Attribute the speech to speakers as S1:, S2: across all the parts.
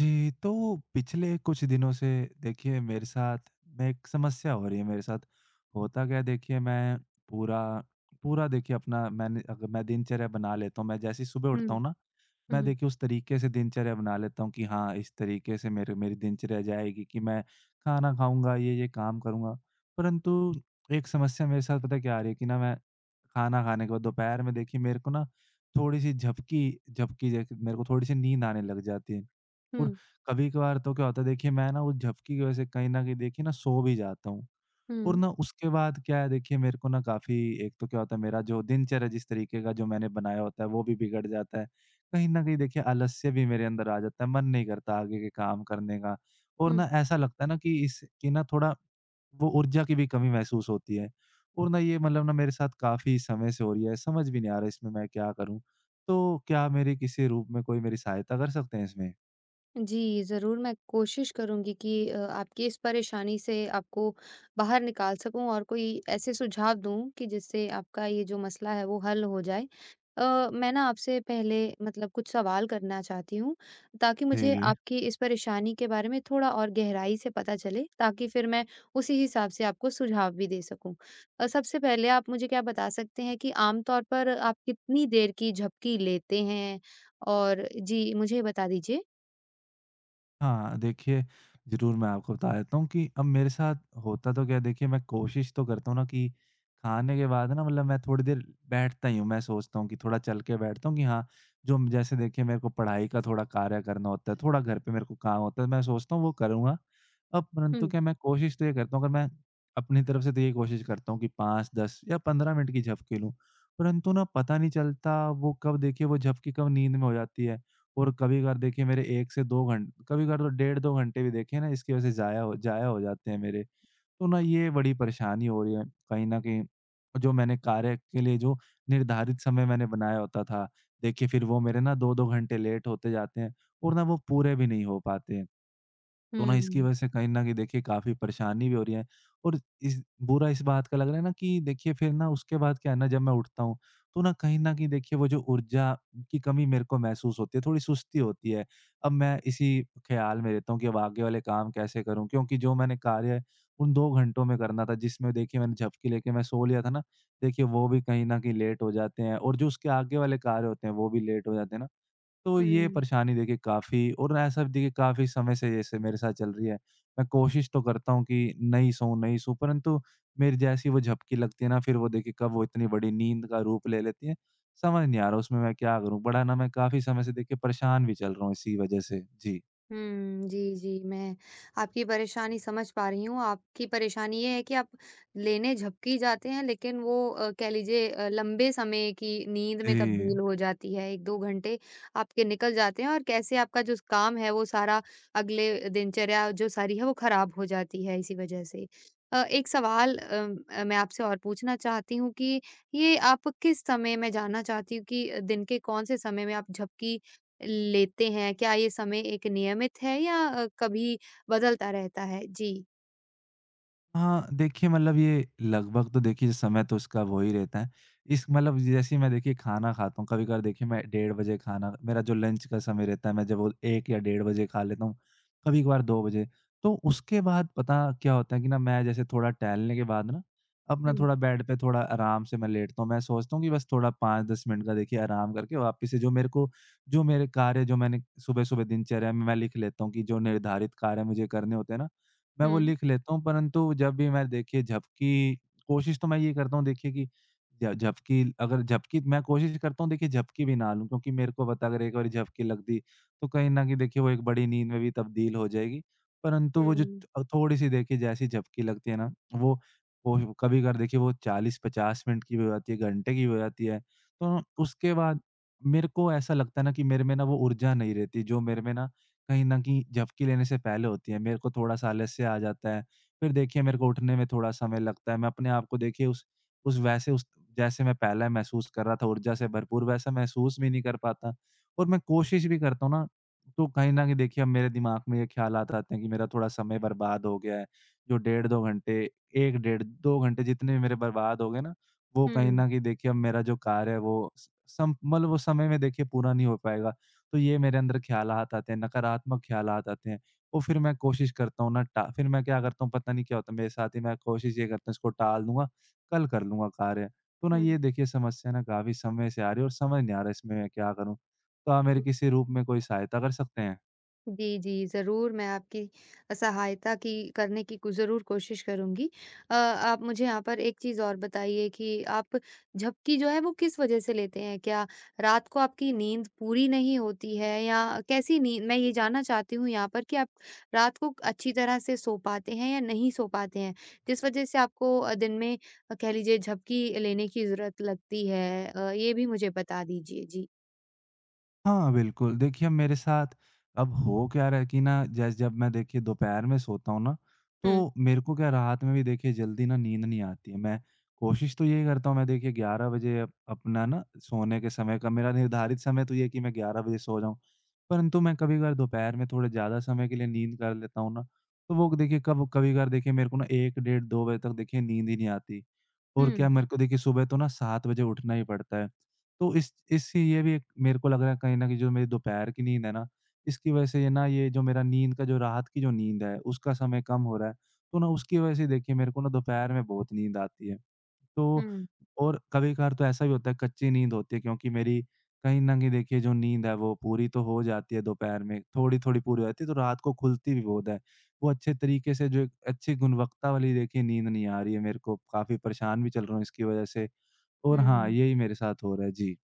S1: जी, तो पिछले कुछ दिनों से देखिए मेरे साथ मैं एक समस्या हो रही है मेरे साथ। होता क्या है, देखिए मैं पूरा पूरा देखिए अपना मैंने अगर मैं दिनचर्या बना लेता हूँ, मैं जैसे ही सुबह
S2: हुँ।
S1: उठता हूँ ना,
S2: हुँ,
S1: मैं
S2: हुँ।
S1: देखिए उस तरीके से दिनचर्या बना लेता हूँ कि हाँ, इस तरीके से मेरे मेरी दिनचर्या जाएगी कि मैं खाना खाऊँगा, ये-ये काम करूँगा। परंतु एक समस्या मेरे साथ, पता है क्या आ रही है? कि ना मैं खाना खाने के बाद दोपहर में देखिए मेरे को ना थोड़ी-सी झपकी झपकी जैसे मेरे को थोड़ी-सी नींद आने लग जाती है। और
S2: हुँ,
S1: कभी-कभार तो क्या होता है, देखिए मैं ना उस झपकी की वजह से कहीं न कहीं देखिए ना सो भी जाता हूँ।
S2: हुँ,
S1: और
S2: हुँ,
S1: ना उसके बाद क्या है, देखिए मेरे को ना काफ़ी एक तो क्या होता है, मेरा जो दिनचर्या जिस तरीके का जो मैंने बनाया होता है वो भी बिगड़ जाता है। कहीं न कहीं देखिए आलस्य भी मेरे अंदर आ जाता है, मन नहीं करता आगे के काम करने का। और ना ऐसा लगता है ना कि इसकी ना थोड़ा वो ऊर्जा की भी कमी महसूस होती है। और ना ये मतलब ना मेरे साथ काफ़ी समय से हो रही है, समझ भी नहीं आ रहा इसमें मैं क्या करूँ? तो क्या मेरी किसी रूप में कोई मेरी सहायता कर सकते हैं इसमें?
S2: जी, ज़रूर मैं कोशिश करूँगी कि आपकी इस परेशानी से आपको बाहर निकाल सकूँ और कोई ऐसे सुझाव दूँ कि जिससे आपका ये जो मसला है वो हल हो जाए। मैं ना आपसे पहले मतलब कुछ सवाल करना चाहती हूँ ताकि
S1: जी,
S2: मुझे
S1: जी।
S2: आपकी इस परेशानी के बारे में थोड़ा और गहराई से पता चले ताकि फिर मैं उसी हिसाब से आपको सुझाव भी दे सकूँ। सबसे पहले आप मुझे क्या बता सकते हैं कि आम तौर पर आप कितनी देर की झपकी लेते हैं? और जी, मुझे बता दीजिए?
S1: हाँ, देखिए, ज़रूर मैं आपको बता देता हूँ कि अब मेरे साथ होता तो क्या है, देखिए मैं कोशिश तो करता हूँ ना कि खाने के बाद ना मतलब मैं थोड़ी देर बैठता ही हूँ। मैं सोचता हूँ कि थोड़ा चल के बैठता हूँ कि हाँ, जो जैसे देखिए मेरे को पढ़ाई का थोड़ा कार्य करना होता है, थोड़ा घर पे मेरे को काम होता है, मैं सोचता हूँ वो करूँगा। अब परंतु
S2: हुँ।
S1: क्या, मैं कोशिश तो ये करता हूँ, अगर मैं अपनी तरफ से, तो ये कोशिश करता हूँ कि 5, 10 या 15 मिनट की झपकी लूँ। परंतु ना पता नहीं चलता वो कब, देखिए वो झपकी कब नींद में हो जाती है। और कभी कभार देखिए मेरे 1 से 2 घंटे, कभी कभार तो डेढ़ 2 घंटे भी देखिए ना इसकी वज़ह से ज़ाया हो जाते हैं मेरे। तो ना ये बड़ी परेशानी हो रही है कहीं न कहीं। जो मैंने कार्य के लिए जो निर्धारित समय मैंने बनाया होता था, देखिए फिर वो मेरे ना 2-2 घंटे लेट होते जाते हैं और ना वो पूरे भी नहीं हो पाते हैं। तो ना इसकी
S2: हुँ,
S1: वजह से कहीं न कहीं देखिए काफ़ी परेशानी भी हो रही है और इस बुरा इस बात का लग रहा है ना कि देखिए फिर ना उसके बाद क्या है ना, जब मैं उठता हूँ, तो ना कहीं न कहीं देखिए वो जो ऊर्जा की कमी मेरे को महसूस होती है, थोड़ी सुस्ती होती है। अब मैं इसी ख़्याल में रहता हूँ कि अब आगे वाले काम कैसे करूँ? क्योंकि जो मैंने कार्य उन 2 घंटों में करना था जिसमें देखिए मैंने झपकी लेके मैं सो लिया था ना, देखिए वो भी कहीं न कहीं लेट हो जाते हैं और जो उसके आगे वाले कार्य होते हैं वो भी लेट हो जाते हैं ना। तो ये
S2: हुँ,
S1: परेशानी देखिए काफ़ी और ऐसा भी देखिए काफ़ी समय से जैसे मेरे साथ चल रही है। मैं कोशिश तो करता हूँ कि नहीं सोऊँ, नहीं सोऊँ, परंतु मेरी जैसी वो झपकी लगती है ना, फिर वो देखिए कब वो इतनी बड़ी नींद का रूप ले लेती है। समझ नहीं आ रहा उसमें मैं क्या करूँ? बड़ा ना मैं काफ़ी समय से देखिए परेशान भी चल रहा हूँ इसी वज़ह से। जी।
S2: हुँ। जी, जी, मैं आपकी परेशानी समझ पा रही हूँ। आपकी परेशानी ये है कि आप लेने झपकी जाते हैं, लेकिन वो कह लीजिए लंबे समय की नींद में
S1: जी।
S2: तब्दील हो जाती है। 1-2 घंटे आपके निकल जाते हैं और कैसे आपका जो काम है, वो सारा अगले दिनचर्या जो सारी है, वो खराब हो जाती है इसी वजह से। एक सवाल मैं आपसे और पूछना चाहती हूँ कि ये आप किस समय मैं जानना चाहती हूँ कि दिन के कौन से समय में आप झपकी लेते हैं? क्या ये समय एक नियमित है या कभी बदलता रहता है? जी।
S1: हाँ, देखिए मतलब ये लगभग तो देखिए समय तो उसका वो ही रहता है। इस मतलब जैसे ही मैं देखिए खाना खाता हूँ, कभी-कभार देखिए मैं डेढ़ बजे खाना मेरा जो लंच का समय रहता है, मैं जब वो 1 या डेढ़ बजे खा लेता हूँ, कभी-कभार 2 बजे। तो उसके बाद पता क्या होता है कि ना मैं जैसे थोड़ा टहलने के बाद ना, अपना
S2: हुँ।
S1: थोड़ा बेड पे थोड़ा आराम से मैं लेटता हूँ। मैं सोचता हूँ कि बस थोड़ा 5-10 मिनट का देखिए आराम करके वापस से जो मेरे को, जो मेरे कार्य जो मैंने सुबह-सुबह दिनचर्या में मैं लिख लेता हूँ कि जो निर्धारित कार्य मुझे करने होते हैं ना, मैं वो
S2: हुँ।
S1: लिख लेता हूँ, परंतु जब भी मैं देखिए झपकी कोशिश तो मैं ये करता हूँ देखिए कि ज झपकी अगर झपकी मैं कोशिश करता हूँ देखिए झपकी भी ना लूँ, क्योंकि मेरे को पता अगर एक बारी झपकी लग दी तो कहीं न कहीं देखिए वो एक बड़ी नींद में भी तब्दील हो जाएगी। परंतु वो जो
S2: हुँ।
S1: थोड़ी-सी देखिए जैसी झपकी लगती है ना, वो वो कभी कभार देखिए वो 40-50 मिनट की भी हो जाती है, घंटे की भी हो जाती है। तो उसके बाद मेरे को ऐसा लगता है ना कि मेरे में ना वो ऊर्जा नहीं रहती जो मेरे में ना कहीं न कहीं झपकी लेने से पहले होती है। मेरे को थोड़ा-सा आलस्य आ जाता है। फिर देखिए मेरे को उठने में थोड़ा समय लगता है। मैं अपने आप को देखिए उस वैसे उस जैसे मैं पहले महसूस कर रहा था ऊर्जा से भरपूर, वैसा महसूस भी नहीं कर पाता। और मैं कोशिश भी करता हूँ ना, तो कहीं न कहीं देखिए अब मेरे दिमाग में ये ख़्यालात आते हैं कि मेरा थोड़ा समय बर्बाद हो गया है। जो डेढ़ 2 घंटे 1 डेढ़ 2 घंटे जितने भी मेरे बर्बाद हो गए ना, वो कहीं
S2: हुँ,
S1: न कहीं देखिए अब मेरा जो कार्य है वो स सम मतलब वो समय में देखिए पूरा नहीं हो पाएगा। तो ये मेरे अंदर ख़्यालात आते हैं, नकारात्मक ख़्यालात आते हैं। और फिर मैं कोशिश करता हूँ ना, टा फिर मैं क्या करता हूँ, पता नहीं क्या होता है मेरे साथ ही, मैं कोशिश ये करता हूँ इसको टाल दूँगा, कल कर लूँगा कार्य। तो ना
S2: हुँ।
S1: ये देखिए समस्या ना काफ़ी समय से आ रही है और समझ नहीं आ रहा इसमें मैं क्या करूँ? तो आप मेरी किसी रूप में कोई सहायता कर सकते हैं?
S2: जी, जी। ज़रूर मैं आपकी सहायता की करने की को ज़रूर कोशिश करूँगी। आप मुझे यहाँ पर एक चीज़ और बताइए कि आप झपकी जो है वो किस वज़ह से लेते हैं? क्या रात को आपकी नींद पूरी नहीं होती है या कैसी नींद मैं ये जानना चाहती हूँ यहाँ पर कि आप रात को अच्छी तरह से सो पाते हैं या नहीं सो पाते हैं? जिस वज़ह से आपको दिन में कह लीजिए झपकी लेने की ज़रूरत लगती है। ये भी मुझे बता दीजिए। जी।
S1: हाँ, बिल्कुल। देखिए, मेरे साथ अब हो क्या रहा है कि ना जैसे जब मैं देखिए दोपहर में सोता हूँ ना,
S2: हुँ।
S1: तो मेरे को क्या रात में भी देखिए जल्दी ना नींद नहीं आती है। मैं कोशिश तो यही करता हूँ, मैं देखिए 11 बजे अप अपना ना सोने के समय का मेरा निर्धारित समय तो ये है कि मैं 11 बजे सो जाऊँ। परंतु मैं कभी-कभार दोपहर में थोड़े ज़्यादा समय के लिए नींद कर लेता हूँ ना, तो वो देखिए कब कभी-कभार देखिए मेरे को ना 1 डेढ़ 2 बजे तक देखिए नींद ही नहीं आती। और क्या
S2: हुँ।
S1: मेरे को देखिए सुबह तो ना 7 बजे उठना ही पड़ता है। तो इस इससे ये भी एक मेरे को लग रहा है कहीं न कहीं जो मेरी दोपहर की नींद है ना, इसकी वजह से ये ना ये जो मेरा नींद का जो रात की जो नींद है, उसका समय कम हो रहा है। तो ना उसकी वजह से देखिए मेरे को ना दोपहर में बहुत नींद आती है। तो
S2: हुँ।
S1: और कभी-कभार तो ऐसा भी होता है, कच्ची नींद होती है क्योंकि मेरी कहीं न कहीं देखिए जो नींद है वो पूरी तो हो जाती है दोपहर में, थोड़ी-थोड़ी पूरी हो जाती है तो रात को खुलती भी बहुत है। वो अच्छे तरीके से जो एक अच्छी गुणवत्ता वाली देखिए नींद नहीं आ रही है मेरे को, काफ़ी परेशान भी चल रहा हूँ इसकी वजह से और हाँ,
S2: हुँ।
S1: यही मेरे साथ हो रहा है। जी।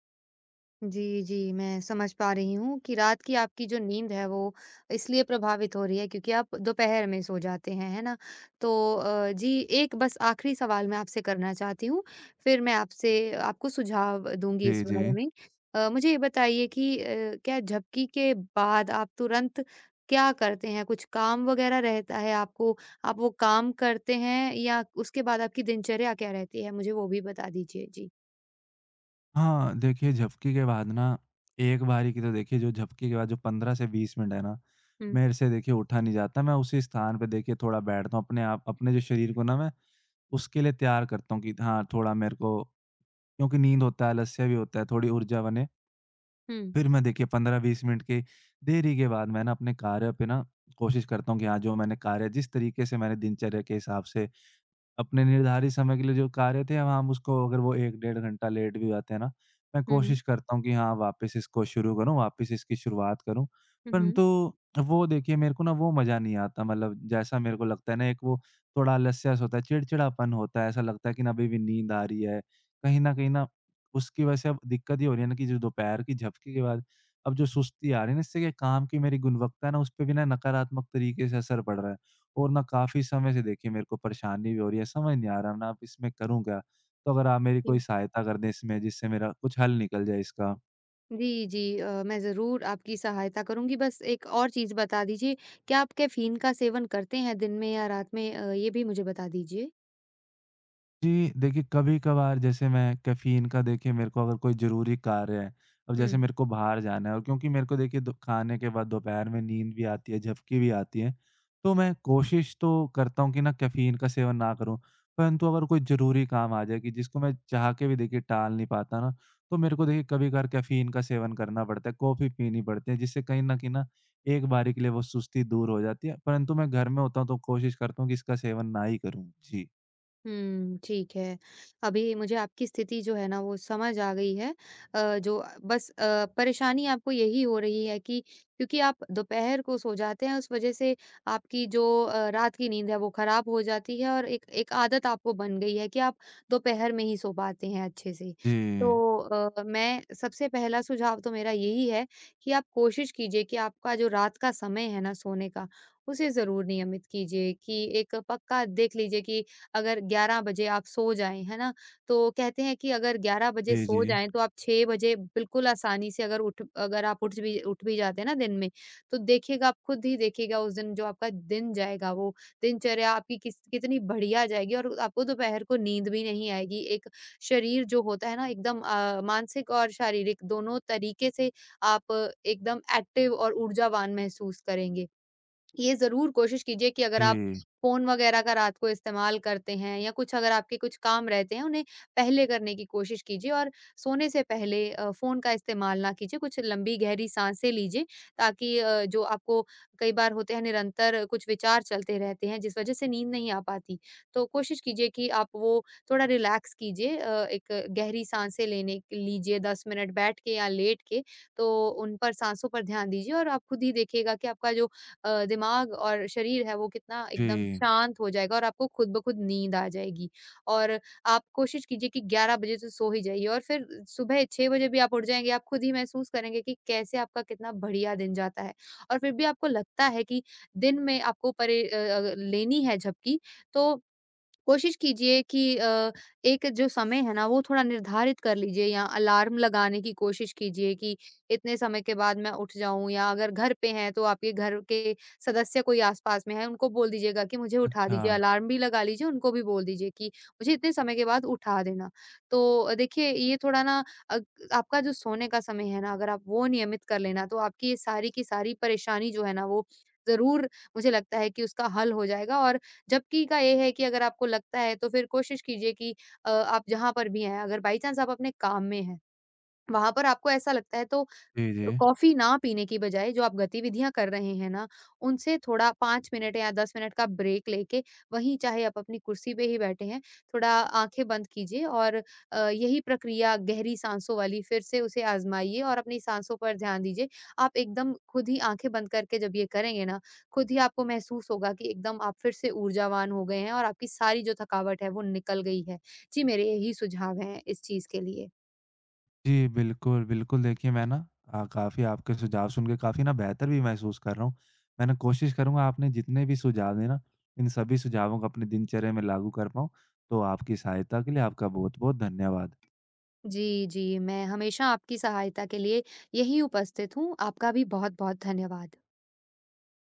S2: जी, जी, मैं समझ पा रही हूँ कि रात की आपकी जो नींद है वो इसलिए प्रभावित हो रही है क्योंकि आप दोपहर में सो जाते हैं, है ना? तो जी, एक बस आखिरी सवाल मैं आपसे करना चाहती हूँ, फिर मैं आपसे आपको सुझाव दूँगी इस
S1: जी, जी।
S2: बारे में। मुझे ये बताइए कि क्या झपकी के बाद आप तुरंत क्या करते हैं? कुछ काम वग़ैरह रहता है आपको? आप वो काम करते हैं या उसके बाद आपकी दिनचर्या क्या रहती है? मुझे वो भी बता दीजिए। जी।
S1: हाँ, देखिए झपकी के बाद ना एक बारी की तो देखिए जो झपकी के बाद जो 15 से 20 मिनट है ना,
S2: हुँ।
S1: मेरे से देखिए उठा नहीं जाता। मैं उसी स्थान पे देखिए थोड़ा बैठता हूँ अपने आप, अपने जो शरीर को ना मैं उसके लिए तैयार करता हूँ कि हाँ, थोड़ा मेरे को क्योंकि नींद होता है, आलस्य भी होता है, थोड़ी ऊर्जा बने।
S2: हुँ,
S1: फिर मैं देखिए 15-20 मिनट की देरी के बाद मैं ना अपने कार्य पे ना कोशिश करता हूँ कि हाँ, जो मैंने कार्य जिस तरीके से मैंने दिनचर्या के हिसाब से अपने निर्धारित समय के लिए जो कार्य थे, अब हम उसको अगर वो 1 डेढ़ घंटा लेट भी हो जाते हैं ना, मैं
S2: हुँ,
S1: कोशिश करता हूँ कि हाँ, वापस इसको शुरू करूँ, वापस इसकी शुरुआत करूँ।
S2: हुँ, हुँ,
S1: परंतु वो देखिए मेरे को ना वो मज़ा नहीं आता, मतलब जैसा मेरे को लगता है ना, एक वो थोड़ा आलस्य-सा होता है, चिड़चिड़ापन होता है, ऐसा लगता है कि ना अभी भी नींद आ रही है। कहीं न कहीं ना उसकी वजह से अब दिक्कत ये हो रही है ना कि जो दोपहर की झपकी के बाद अब जो सुस्ती आ रही है ना, इससे क्या काम की मेरी गुणवत्ता है ना, उसपे भी ना नकारात्मक तरीके से असर पड़ रहा है। और ना काफ़ी समय से देखिए मेरे को परेशानी भी हो रही है, समझ नहीं आ रहा ना अब इसमें करूँ क्या? तो अगर आप मेरी कोई
S2: जी।
S1: सहायता कर दें इसमें जिससे मेरा कुछ हल निकल जाए इसका।
S2: जी, जी। मैं ज़रूर आपकी सहायता करूँगी, बस एक और चीज़ बता दीजिए, क्या आप कैफ़ीन का सेवन करते हैं दिन में या रात में? ये भी मुझे बता दीजिए।
S1: जी, देखिए कभी-कभार जैसे मैं कैफ़ीन का देखिए मेरे को अगर कोई ज़रूरी कार्य है, अब जैसे
S2: हुँ।
S1: मेरे को बाहर जाना है और क्योंकि मेरे को देखिए दो खाने के बाद दोपहर में नींद भी आती है, झपकी भी आती है, तो मैं कोशिश तो करता हूँ कि ना कैफ़ीन का सेवन ना करूँ। परंतु अगर कोई ज़रूरी काम आ जाए कि जिसको मैं चाह के भी देखिए टाल नहीं पाता ना, तो मेरे को देखिए कभी-कभार कैफ़ीन का सेवन करना पड़ता है, कॉफ़ी पीनी पड़ती है, जिससे कहीं न कहीं ना एक बारी के लिए वो सुस्ती दूर हो जाती है। परंतु मैं घर में होता हूँ तो कोशिश करता हूँ कि इसका सेवन ना ही करूँ। जी।
S2: हुँ, ठीक है। अभी मुझे आपकी स्थिति जो है ना वो समझ आ गई है। अ, जो बस अ, परेशानी आपको यही हो रही है कि क्योंकि आप दोपहर को सो जाते हैं उस वज़ह से आपकी जो रात की नींद है वो ख़राब हो जाती है, और एक एक आदत आपको बन गई है कि आप दोपहर में ही सो पाते हैं अच्छे से। तो
S1: जी।
S2: मैं, सबसे पहला सुझाव तो मेरा यही है कि आप कोशिश कीजिए कि आपका जो रात का समय है ना सोने का, उसे ज़रूर नियमित कीजिए कि एक पक्का देख लीजिए कि अगर 11 बजे आप सो जाएँ, है ना? तो कहते हैं कि अगर 11 बजे
S1: जी,
S2: सो
S1: जी।
S2: जाएँ तो आप 6 बजे बिल्कुल आसानी से अगर आप उठ भी जाते हैं ना दिन में, तो देखिएगा, आप खुद ही देखिएगा उस दिन जो आपका दिन जाएगा, वो दिनचर्या आपकी किस कितनी बढ़िया जाएगी और आपको दोपहर को नींद भी नहीं आएगी। एक शरीर जो होता है ना एकदम, मानसिक और शारीरिक दोनों तरीके से आप एकदम एक्टिव और ऊर्जावान महसूस करेंगे। ये ज़रूर कोशिश कीजिए कि अगर आप
S1: जी,
S2: फ़ोन वगैरह का रात को इस्तेमाल करते हैं या कुछ अगर आपके कुछ काम रहते हैं, उन्हें पहले करने की कोशिश कीजिए और सोने से पहले फ़ोन का इस्तेमाल ना कीजिए। कुछ लंबी गहरी साँसें लीजिए ताकि जो आपको कई बार होते हैं निरंतर कुछ विचार चलते रहते हैं, जिस वज़ह से नींद नहीं आ पाती। तो कोशिश कीजिए कि आप वो थोड़ा रिलैक्स कीजिए, एक गहरी साँसें लेने लीजिए, 10 मिनट बैठ के या लेट के, तो उन पर साँसों पर ध्यान दीजिए और आप खुद ही देखिएगा कि आपका जो दिमाग और शरीर है वो कितना एकदम
S1: जी।
S2: शांत हो जाएगा और आपको खुद ब खुद नींद आ जाएगी। और आप कोशिश कीजिए कि 11 बजे तो सो ही जाइए और फिर सुबह 6 बजे भी आप उठ जाएँगे, आप खुद ही महसूस करेंगे कि कैसे आपका कितना बढ़िया दिन जाता है। और फिर भी आपको लगता है कि दिन में आपको लेनी है झपकी, तो कोशिश कीजिए कि एक जो समय है ना वो थोड़ा निर्धारित कर लीजिए या अलार्म लगाने की कोशिश कीजिए कि इतने समय के बाद मैं उठ जाऊं, या अगर घर पे हैं तो आपके घर के सदस्य कोई आसपास में है उनको बोल दीजिएगा कि मुझे उठा
S1: अच्छा।
S2: दीजिए, अलार्म भी लगा लीजिए, उनको भी बोल दीजिए कि मुझे इतने समय के बाद उठा देना। तो देखिए, ये थोड़ा ना अ, आपका जो सोने का समय है ना अगर आप वो नियमित कर लेना तो आपकी ये सारी की सारी परेशानी जो है ना वो, जरूर मुझे लगता है कि उसका हल हो जाएगा। और जबकि का ये है कि अगर आपको लगता है तो फिर कोशिश कीजिए कि आप जहाँ पर भी हैं, अगर बाई चांस आप अपने काम में हैं, वहाँ पर आपको ऐसा लगता है तो
S1: जी, जी।
S2: कॉफ़ी ना पीने की बजाय जो आप गतिविधियाँ कर रहे हैं ना, उनसे थोड़ा 5 मिनट या 10 मिनट का ब्रेक लेके, वहीं चाहे आप अपनी कुर्सी पे ही बैठे हैं, थोड़ा आँखें बंद कीजिए और यही प्रक्रिया गहरी साँसों वाली फिर से उसे आज़माइए और अपनी साँसों पर ध्यान दीजिए। आप एकदम खुद ही आँखें बंद करके जब ये करेंगे ना, खुद ही आपको महसूस होगा कि एकदम आप फिर से ऊर्जावान हो गए हैं और आपकी सारी जो थकावट है वो निकल गई है। जी, मेरे यही सुझाव हैं इस चीज़ के लिए।
S1: जी, बिल्कुल, बिल्कुल देखिए मैं ना काफ़ी आपके सुझाव सुन के काफ़ी ना बेहतर भी महसूस कर रहा हूँ। मैं ना कोशिश करूँगा आपने जितने भी सुझाव दिए ना, इन सभी सुझावों को अपनी दिनचर्या में लागू कर पाऊँ। तो आपकी सहायता के लिए आपका बहुत-बहुत धन्यवाद।
S2: जी, जी, मैं हमेशा आपकी सहायता के लिए यहीं उपस्थित हूँ। आपका भी बहुत-बहुत धन्यवाद।